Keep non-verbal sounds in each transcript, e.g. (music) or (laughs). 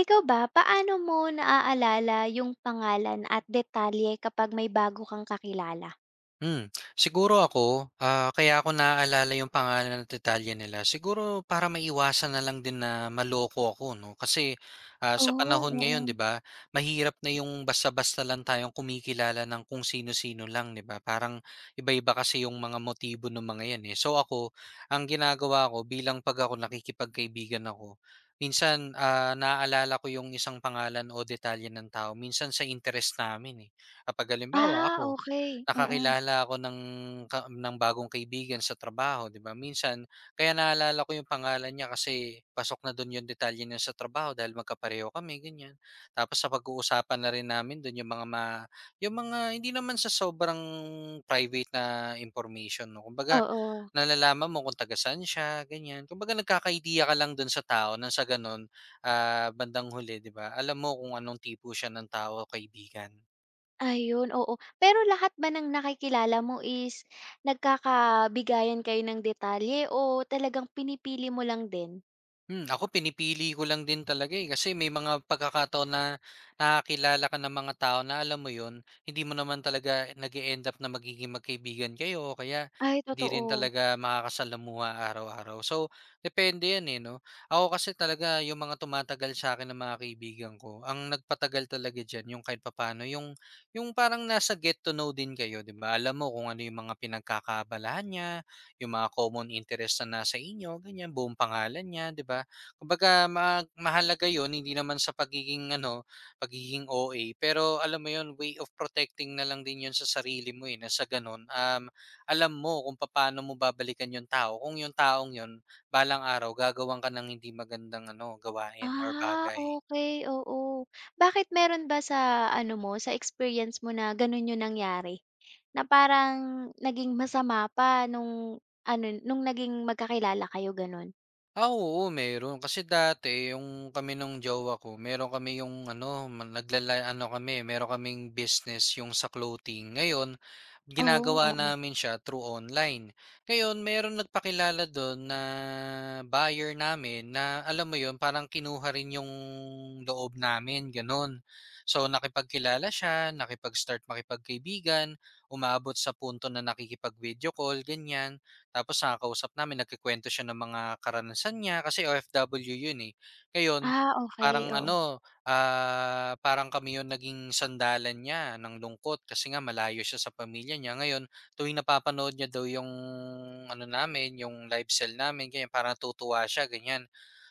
Ikaw ba, paano mo naaalala yung pangalan at detalye kapag may bago kang kakilala? Siguro ako, kaya ko naaalala yung pangalan at detalye nila, siguro para maiwasan na lang din na maloko ako 'no. Kasi, sa Oh, panahon ngayon 'di oo. ba, mahirap na yung basta-basta lang tayong kumikilala ng kung sino-sino lang 'di ba, parang iba-iba kasi yung mga motibo ng mga 'yan, eh. So ako, ang ginagawa ko bilang 'pag ako nakikipagkaibigan ako, minsan, naaalala ko yung isang pangalan o detalye ng tao minsan sa interes namin, eh. Kapag halimbawa Ah, ako okey, mm. nakakilala ako ng ng bagong kaibigan sa trabaho, 'di ba? Minsan kaya naalala ko yung pangalan niya kasi pasok na dun yung detalye niya sa trabaho dahil magkapareho kami, ganyan. Tapos napag-uusapan na rin namin dun yung mga hindi naman sa sobrang private na information. 'No? Kumbaga Oo, nalalaman mo kung taga saan siya, ganyan. Kumbaga nagkaka-idea ka lang dun sa tao nang sa ganun, bandang huli, 'di ba, alam mo kung anong tipo siya ng tao kaibigan. ayun, oo. Pero lahat ba ng nakikilala mo is nagkakabigayan kayo ng detalye o talagang pinipili mo lang din? Ako pinipili ko lang din talaga, eh, kasi may mga pagkakataon na nakakilala ka ng mga tao na alam mo 'yun, hindi mo naman talaga nag end up na magiging magkaibigan kayo o kaya Ay, hindi rin totoo. talaga makakasalamuha araw-araw. So, depende 'yan, eh, 'no? Ako kasi talaga yung mga tumatagal sa'kin ng mga kaibigan ko, ang nagpatagal talaga diyan yung kahit papano yung parang nasa get to know din kayo, 'di ba? Alam mo kung ano yung mga pinagkakaabalahan niya, yung mga common interest na nasa inyo, ganyan, buong pangalan niya, 'di ba? Kumbaga mahalaga 'yon hindi naman sa pagiging ano, pagiging OA, pero alam mo 'yon, way of protecting na lang din 'yon sa sarili mo eh, na sa ganun. Alam mo kung paano mo babalikan yung tao, kung yung taong 'yon balang araw gagawin ka ng hindi magandang ano, gawain or Ah, bagay. okay, oo. Bakit meron ba sa ano mo, sa experience mo na gano'n yung nangyari? Na parang naging masama pa nung ano, nung naging magkakilala kayo, gano'n? Oo meron. Kasi dati yung kami nung jowa ko, meron kami yung ano, naglala ano kami, meron kaming business yung sa clothing. Ngayon, Oo, ginagawa oo. namin siya through online. Ngayon, meron nagpakilala dun na buyer namin na alam mo yun, parang kinuha rin yung loob namin, gano'n. So, nakipagkilala siya, nakipag-start makipagkaibigan, umaabot sa punto na nakikipag-video call, ganyan. Tapos nakakausap namin nagkukuwento siya ng mga karanasan niya kasi OFW yun, eh. Ngayon, Ah, okey, parang oo. (laughs) ano, parang kami yung naging sandalan niya ng lungkot kasi nga malayo siya sa pamilya niya. Ngayon, tuwing napapanood niya daw yung ano namin, yung live cell namin, ganyan, parang natutuwa siya, ganyan.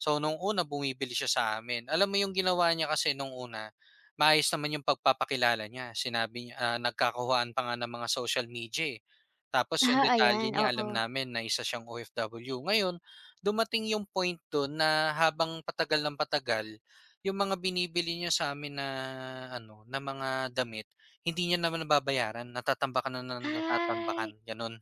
So, nung una bumibili siya sa amin. Alam mo yung ginawa niya kasi nung una, maayos naman yung pagpapakilala niya. Sinabi niya, nagkakahuwaan pa nga ng mga social media, eh. Tapos yung Ah, ayan, detalye niya oo. alam namin na isa siyang OFW. Ngayon, dumating yung point dun na habang patagal ng patagal, yung mga binibili niya sa amin na ano, na mga damit, hindi niya naman nababayaran, natatambakan na ng Ay, natatambakan, gano'n.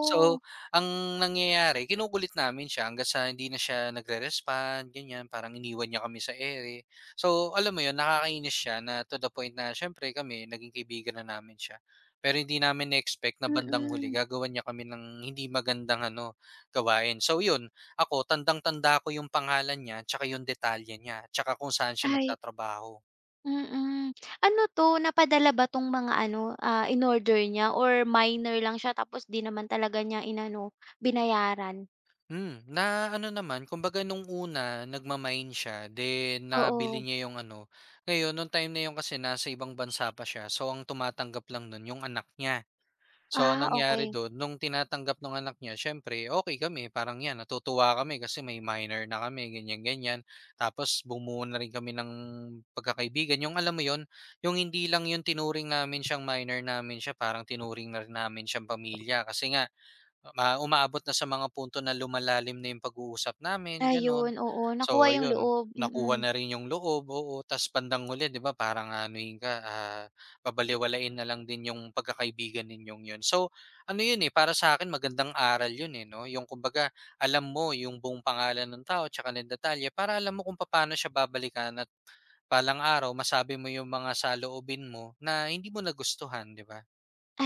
So, ang nangyayari kinukulit namin siya hanggang sa hindi na siya nagre-respond ganyan, parang iniwan niya kami sa ere. So, alam mo 'yun, nakakainis siya na to the point na siyempre kami naging kaibigan na namin siya. Pero hindi namin na-expect na bandang huli mm. gagawan niya kami ng hindi magandang ano, gawain. So 'yun, ako tandang-tanda ko 'yung pangalan niya, 'tsaka 'yung detalye niya, 'tsaka kung saan siya Ay, nagtatrabaho. mm. Ano 'to, napadala ba 'tong mga ano, inorder niya or minor lang siya tapos 'di naman talaga niya inano, binayaran? Na ano naman kumbaga nung una nagmamain siya then nabili Oo. niya yung ano, ngayon nung time na yun kasi nasa ibang bansa pa siya so ang tumatanggap lang nun yung anak niya. So Ah, anong nangyari okey. dun nung tinatanggap ng anak niya siyempre okay kami parang yan natutuwa kami kasi may minor na kami ganyan-ganyan. Tapos bumuo na rin kami ng pagkakaibigan yung alam mo yon yung hindi lang yung tinuring namin siyang minor namin siya parang tinuring na rin namin siyang pamilya kasi nga umaabot na sa mga punto na lumalalim na yung pag-uusap namin, gano'n. Ayun, oo, nakuha So yung ayun, loob, nakuha mm. na rin yung loob, oo. Tas bandang huli 'di ba parang aanuhin ka, babalewalain na lang din yung pagkakaibigan ninyong yun. So ano yun, eh, para sa akin magandang aral yun, eh, 'no, yung kumbaga alam mo yung buong pangalan ng tao tsaka ng detalye para alam mo kung paano siya babalikan at palang araw masabi mo yung mga saloobin mo na hindi mo nagustuhan, 'di ba?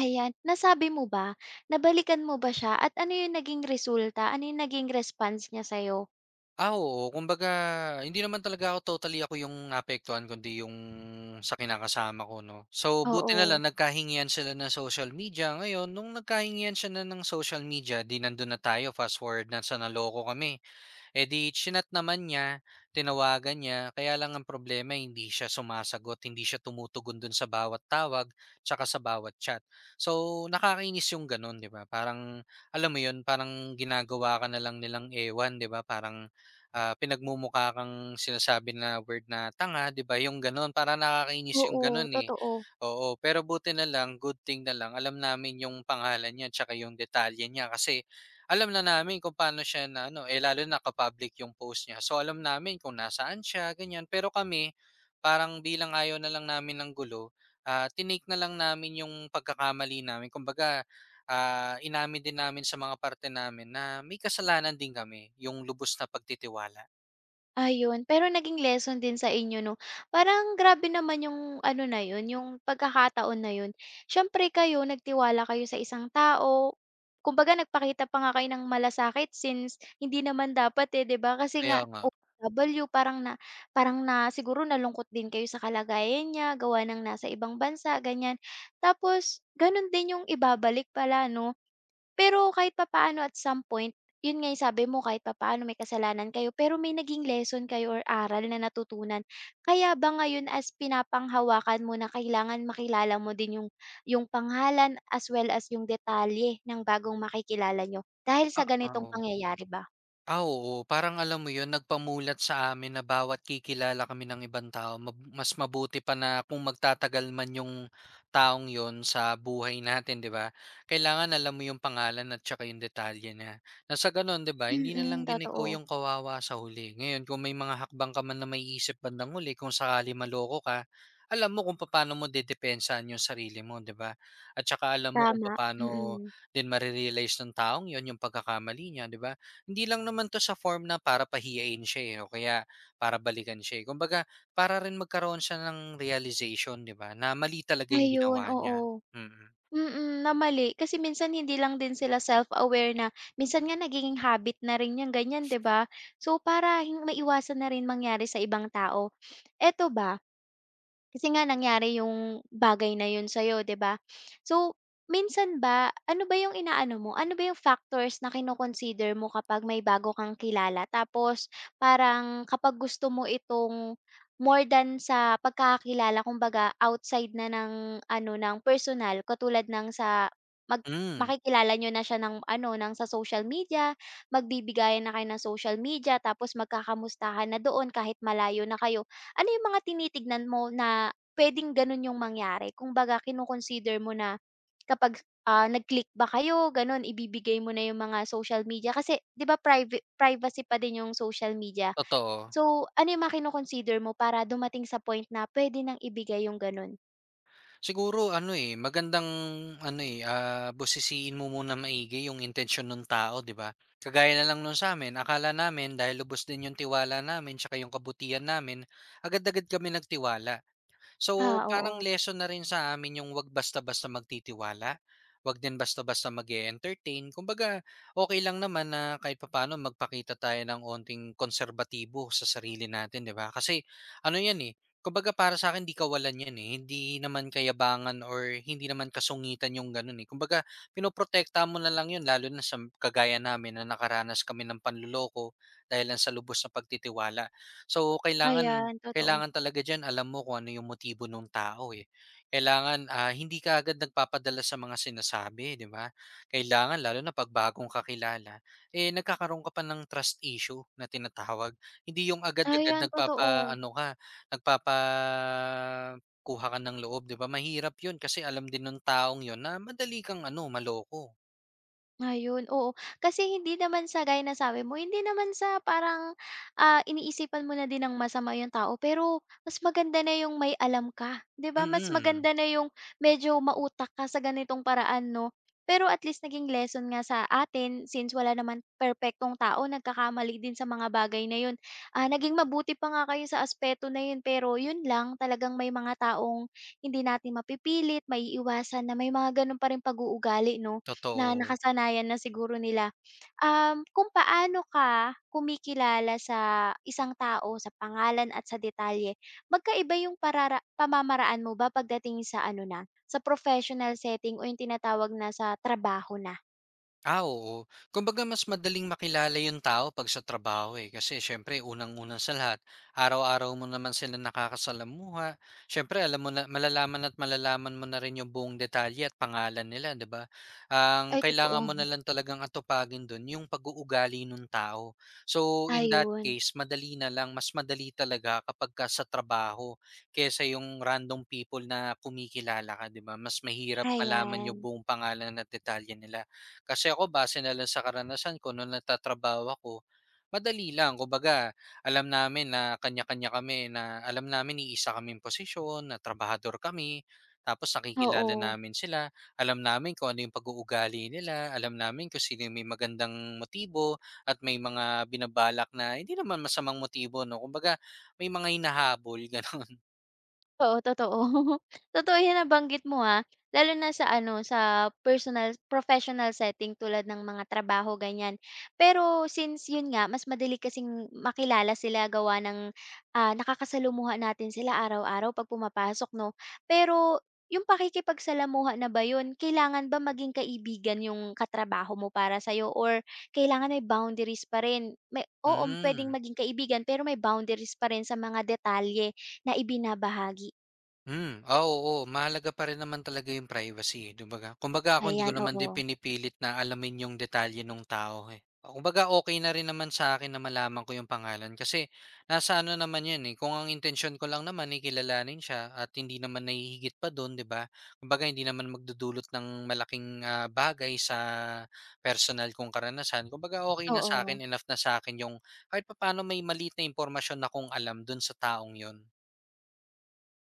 Ayan, nasabi mo ba? Nabalikan mo ba siya at ano yung naging resulta, ano yung naging response niya sa'yo? Oo. Kumbaga, hindi naman talaga ako ako yung naapektuhan kundi yung sa kinakasama ko 'no. So, buti na Oo, lang nagkahingian sila ng social media. Ngayon nung nagkahingian siya na ng social media 'di nandun na tayo fast forward na sa naloko kami. Eh, di chinat naman niya, tinawagan niya, kaya lang ang problema hindi siya sumasagot, hindi siya tumutugon dun sa bawat tawag, tsaka sa bawat chat. So, nakakainis yung ganun, di ba? Parang, alam mo yun, parang ginagawa ka na lang nilang ewan, di ba? Parang pinagmumukha kang sinasabi na word na tanga, di ba? Yung ganun, para nakakainis yung oo, ganun eh. totoo. Oo, pero buti na lang, good thing na lang, alam namin yung pangalan niya, tsaka yung detalye niya kasi alam na namin kung paano siya na ano, eh, lalo na naka-public yung post niya. So, alam namin kung nasaan siya, ganyan. Pero kami, parang bilang ayaw na lang namin ng gulo, tinake na lang namin yung pagkakamali namin. Kumbaga, inamin din namin sa mga parte namin na may kasalanan din kami, yung lubos na pagtitiwala. Ayun, pero naging lesson din sa inyo 'no? Parang grabe naman yung ano na yun, yung pagkakataon na yun. Siyempre kayo nagtiwala kayo sa isang tao, kumbaga nagpakita pa nga kayo ng malasakit since hindi naman dapat, eh, 'di ba? Kasi Kaya nga nga. o OFW parang na siguro nalungkot din kayo sa kalagayan niya gawa ng nasa ibang bansa, ganyan. Tapos ganun din yung ibabalik pala 'no? Pero kahit papaano at some point, yun nga yung sabi mo kahit papaano may kasalanan kayo, pero may naging lesson kayo or aral na natutunan. Kaya ba ngayon as pinapanghawakan mo na kailangan makilala mo din yung pangalan as well as yung detalye ng bagong makikilala niyo, dahil sa Ah, ah, ganitong oo. pangyayari ba? Ah, oo. Parang alam mo 'yun, nagpamulat sa amin na bawat kikilala kami ng ibang tao, mas mabuti pa na kung magtatagal man yung taong yon sa buhay natin, 'di ba? Kailangan alam mo yung pangalan at saka yung detalye niya. Na sa gano'n, 'di ba, hindi na Mm, lang din ikaw totoo. yung kawawa sa huli. Ngayon, kung may mga hakbang ka man na may isip bandang huli kung sakali maloko ka, alam mo kung paano mo dedepensahan yung sarili mo, 'di ba? At saka alam mo kung Tama, paano mm. din mare-realize ng taong yon yung pagkakamali niya, 'di ba? Hindi lang naman 'to sa form na para pahiyain siya, eh, o kaya para balikan siya, eh. Kumbaga para rin magkaroon siya ng realization, 'di ba, na mali talaga yung Ayun, ginawa niya. oo. Mm. Mm, na mali. Kasi minsan hindi lang din sila self-aware na minsan nga nagiging habit na rin yang ganyan, 'di ba? So, para hin maiwasan na rin mangyari sa ibang tao, eto ba, kasi nga nangyari yung bagay na yun sa'yo, 'di ba? So, minsan ba, ano ba yung inaano mo, ano ba yung factors na kino-consider mo kapag may bago kang kilala? Tapos parang kapag gusto mo itong more than sa pagkakakilala, kumbaga outside na ng ano, ng personal katulad ng sa mag Hmm, makikilala niyo na siya ng ano, ng sa social media, magbibigayan na kayo ng social media tapos magkakamustahan na doon kahit malayo na kayo. Ano yung mga tinitignan mo na puwedeng gano'n yung mangyari? Kung kino-consider mo na kapag, nag-click ba kayo gano'n, ibibigay mo na yung mga social media kasi 'di ba private privacy pa din yung social media. totoo. So, ano yung mga kino-consider mo para dumating sa point na pwede nang ibigay yung gano'n? Siguro ano, eh, magandang ano, eh, busisiin mo muna maigi yung intensyon ng tao, 'di ba? Kagaya na lang nun sa'min, akala namin dahil lubos din yung tiwala namin tsaka yung kabutihan namin, agad-agad kami nagtiwala. So, Ah, parang oo. lesson na rin sa amin yung 'wag basta-basta magtitiwala, 'wag din basta-basta mag-e-entertain. Kumbaga, okay lang naman na kahit papaano magpakita tayo ng onting konserbatibo sa sarili natin, 'di ba? Kasi ano 'yan, eh, kumbaga para sa akin 'di kawalan 'yan, eh. Hindi naman kayabangan or hindi naman kasungitan yung gano'n, eh. Kumbaga, pinoprotektahan mo na lang 'yun lalo na sa kagaya namin na nakaranas kami ng panluloko dahil lang sa lubos na pagtitiwala. So, kailangan Ayan, totoo. kailangan talaga diyan alam mo kung ano yung motibo ng tao, eh. Kailangan, hindi ka agad nagpapadala sa mga sinasabi, 'di ba? Kailangan lalo na 'pag bagong kakilala, eh, nagkakaroon ka pa ng trust issue na tinatawag. Hindi yung agad-agad Ayan, totoo. nagpapa ano ka, nagpapakuha ka ng loob, 'di ba? Mahirap yun kasi alam din nung taong yun na madali kang ano, maloko. Ayun, oo. Kasi hindi naman sa gaya ng sabi mo, hindi naman sa parang, iniisipan mo na din ng masama yung tao, pero mas maganda na yung may alam ka, 'di ba? Mas Mm, maganda na yung medyo mautak ka sa ganitong paraan, 'no? Pero at least naging lesson nga sa atin since wala naman perpektong tao, nagkakamali din sa mga bagay na yun. Ah, naging mabuti pa nga kayo sa aspeto na yun, pero yun lang, talagang may mga taong hindi natin mapipilit, may iwasan na may mga ganun pa ring pag-uugali, 'no? Na totoo. nakasanayan na siguro nila. Kung paano ka kumikilala sa isang tao sa pangalan at sa detalye, magkaiba yung pamamaraan mo ba pagdating sa ano na, sa professional setting o yung tinatawag na sa trabaho na? Oo. Kumbaga mas madaling makilala yung tao 'pag sa trabaho, eh, kasi siyempre unang-una sa lahat, araw-araw mo naman sila nakakasalamuha. Siyempre alam mo na malalaman at malalaman mo na rin yung buong detalye at pangalan nila, 'di ba? Ang Ay totoo, kailangan mo na lang talagang atupagin dun yung pag-uugali nung tao. So, in that ayun, case, madali na lang, mas madali talaga kapagka sa trabaho kaysa yung random people na kumikilala ka, 'di ba? Mas mahirap malaman yung ayan, buong pangalan at detalye nila. Kasi ako base na lang sa karanasan ko nung nagtatrabaho ako, madali lang. Kumbaga, alam namin na kanya-kanya kami na alam namin iisa kaming posisyon, na trabahador kami, tapos nakikilala oo. namin sila. Alam namin kung ano yung pag-uugali nila, alam namin kung sino yung may magandang motibo at may mga binabalak na hindi naman masamang motibo, no? Kumbaga, may mga hinahabol, (laughs) ganun. Oo, totoo. (laughs) Totoo 'yan nabanggit mo, ha, lalo na sa ano, sa personal professional setting tulad ng mga trabaho, ganyan. Pero since 'yun nga, mas madali kasing makilala sila gawa ng, nakakasalamuha natin sila araw-araw 'pag pumapasok 'no. Pero 'yung pakikipagsalamuha na ba 'yun, kailangan ba maging kaibigan 'yung katrabaho mo para sa'yo or kailangan may boundaries pa rin? May oo, Hmm. puwedeng maging kaibigan pero may boundaries pa rin sa mga detalye na ibinabahagi? Oo, mahalaga pa rin naman talaga yung privacy, eh, kumbaga. Kumbaga ako hindi ko Ayan, naman oo. din pinipilit na alamin yung detalye nung tao, eh. Kumbaga okey na rin naman sa akin na malaman ko yung pangalan kasi nasa ano naman 'yun, eh, kung ang intention ko lang naman, eh, kilalanin siya at hindi naman nahihigit pa dun, 'di ba? Kumbaga hindi naman magdudulot ng malaking, bagay sa personal kong karanasan. Kumbaga okay na sa Oo. akin, enough na sa akin yung kahit papaano may maliit na impormasyon na kung alam dun sa taong 'yun.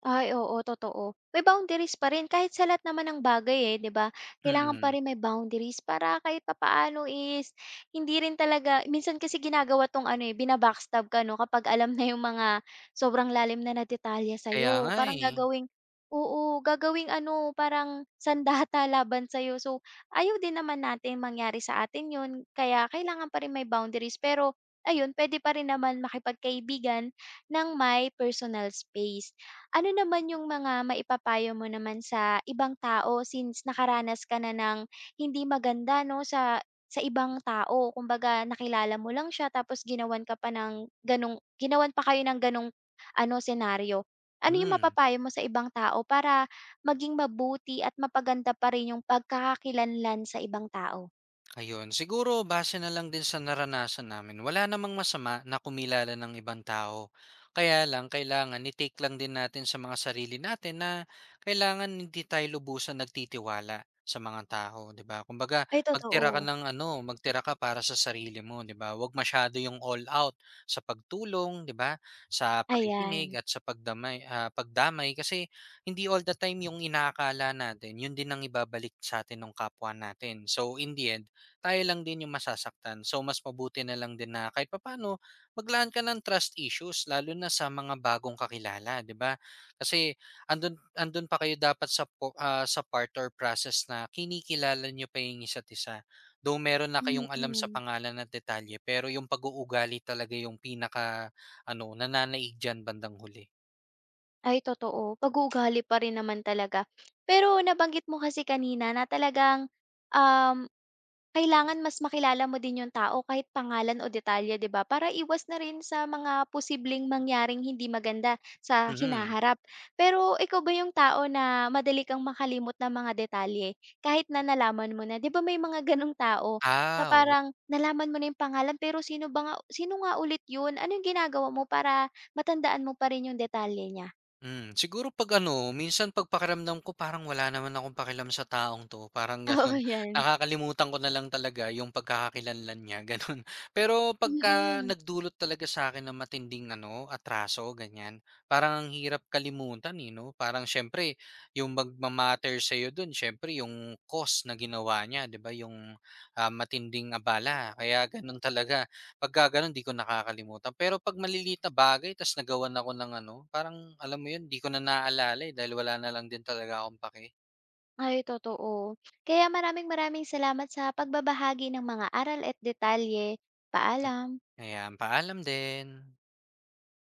Ay, oo, totoo. May boundaries pa rin kahit sa lahat naman ng bagay, eh, 'di ba? Kailangan pa Mm. rin may boundaries para kahit papaano is hindi rin talaga minsan kasi ginagawa 'tong ano, eh, bina ka 'no, kapag alam na yung mga sobrang lalim na na detalye Kaya sa'yo. nga, Parang eh. gagawing oo, gagawing ano, parang sandata (laughs) laban sa'yo. So, ayaw din naman natin mangyari sa atin yun, kaya kailangan pa rin may boundaries. Pero ayun, puwede pa rin naman makipagkaibigan ng may personal space. Ano naman yung mga maipapayo mo naman sa ibang tao since nakaranas ka na ng hindi maganda 'no, sa ibang tao? Kumbaga nakilala mo lang siya tapos ginawan pa kayo ng gano'ng ano, senaryo. Ano yung Hmm. mapapayo mo sa ibang tao para maging mabuti at mapaganda pa rin yung pagkakakilanlan sa ibang tao? Ayun, siguro base na lang din sa naranasan namin. Wala namang masama na kumilala ng ibang tao. Kaya lang, kailangan i-take lang din natin sa mga sarili natin na kailangan hindi tayo lubusan nagtitiwala sa mga tao, 'di ba? Kumbaga, Ay magtira totoo. ka ng ano, magtira ka para sa sarili mo, 'di ba? Huwag masyado yung all out sa pagtulong, 'di ba? Sa pakikinig Ayan, at sa pagdamay, pagdamay kasi hindi all the time yung inaakala natin, yun din ang ibabalik sa atin ng kapwa natin. So in the end, tayo lang din yung masasaktan. So mas mabuti na lang din na kahit papaano maglaan ka ng trust issues lalo na sa mga bagong kakilala, 'di ba? Kasi andun andun pa kayo dapat sa sa part or process na kinikilala niyo pa yung isa't isa. Though meron na kayong alam sa mm. pangalan at detalye, pero yung pag-uugali talaga yung pinaka ano nananaig diyan bandang huli. Ay totoo, pag-uugali pa rin naman talaga. Pero nabanggit mo kasi kanina na talagang, um, kailangan mas makilala mo din yung tao kahit pangalan o detalye 'di ba, para iwas na rin sa mga posibleng mangyaring hindi maganda sa Mhm. hinaharap. Pero ikaw ba yung tao na madali kang makalimot ng mga detalye kahit na nalaman mo na? 'Di ba may mga gano'ng tao na Ah, parang nalaman mo na yung pangalan pero sino nga ulit 'yun? Ano yung ginagawa mo para matandaan mo pa rin yung detalye niya? siguro 'pag ano, minsan 'pag pakiramdam ko parang wala naman akong pakialam sa taong 'to, parang Oo, gano'n. (laughs) 'yan. Nakakalimutan ko na lang talaga yung pagkakakilanlan niya, (laughs) gano'n. Pero pagka Mm. nagdulot talaga sa akin ng matinding ano, atraso, ganyan, parang ang hirap kalimutan, eh, 'no? Parang siyempre yung magma-matter sa'yo do'n siyempre yung cost na ginawa niya, 'di ba, yung, matinding abala. Kaya gano'n talaga. Pagka gano'n 'di ko nakakalimutan. Pero 'pag maliliit na bagay ta's nagawan ako ng ano, parang alam mo 'yun, 'di ko na naaalala, eh, dahil wala na lang din talaga akong pake. Ay, totoo. Kaya maraming maraming salamat sa pagbabahagi ng mga aral at detalye. Paalam. Ayan, paalam din.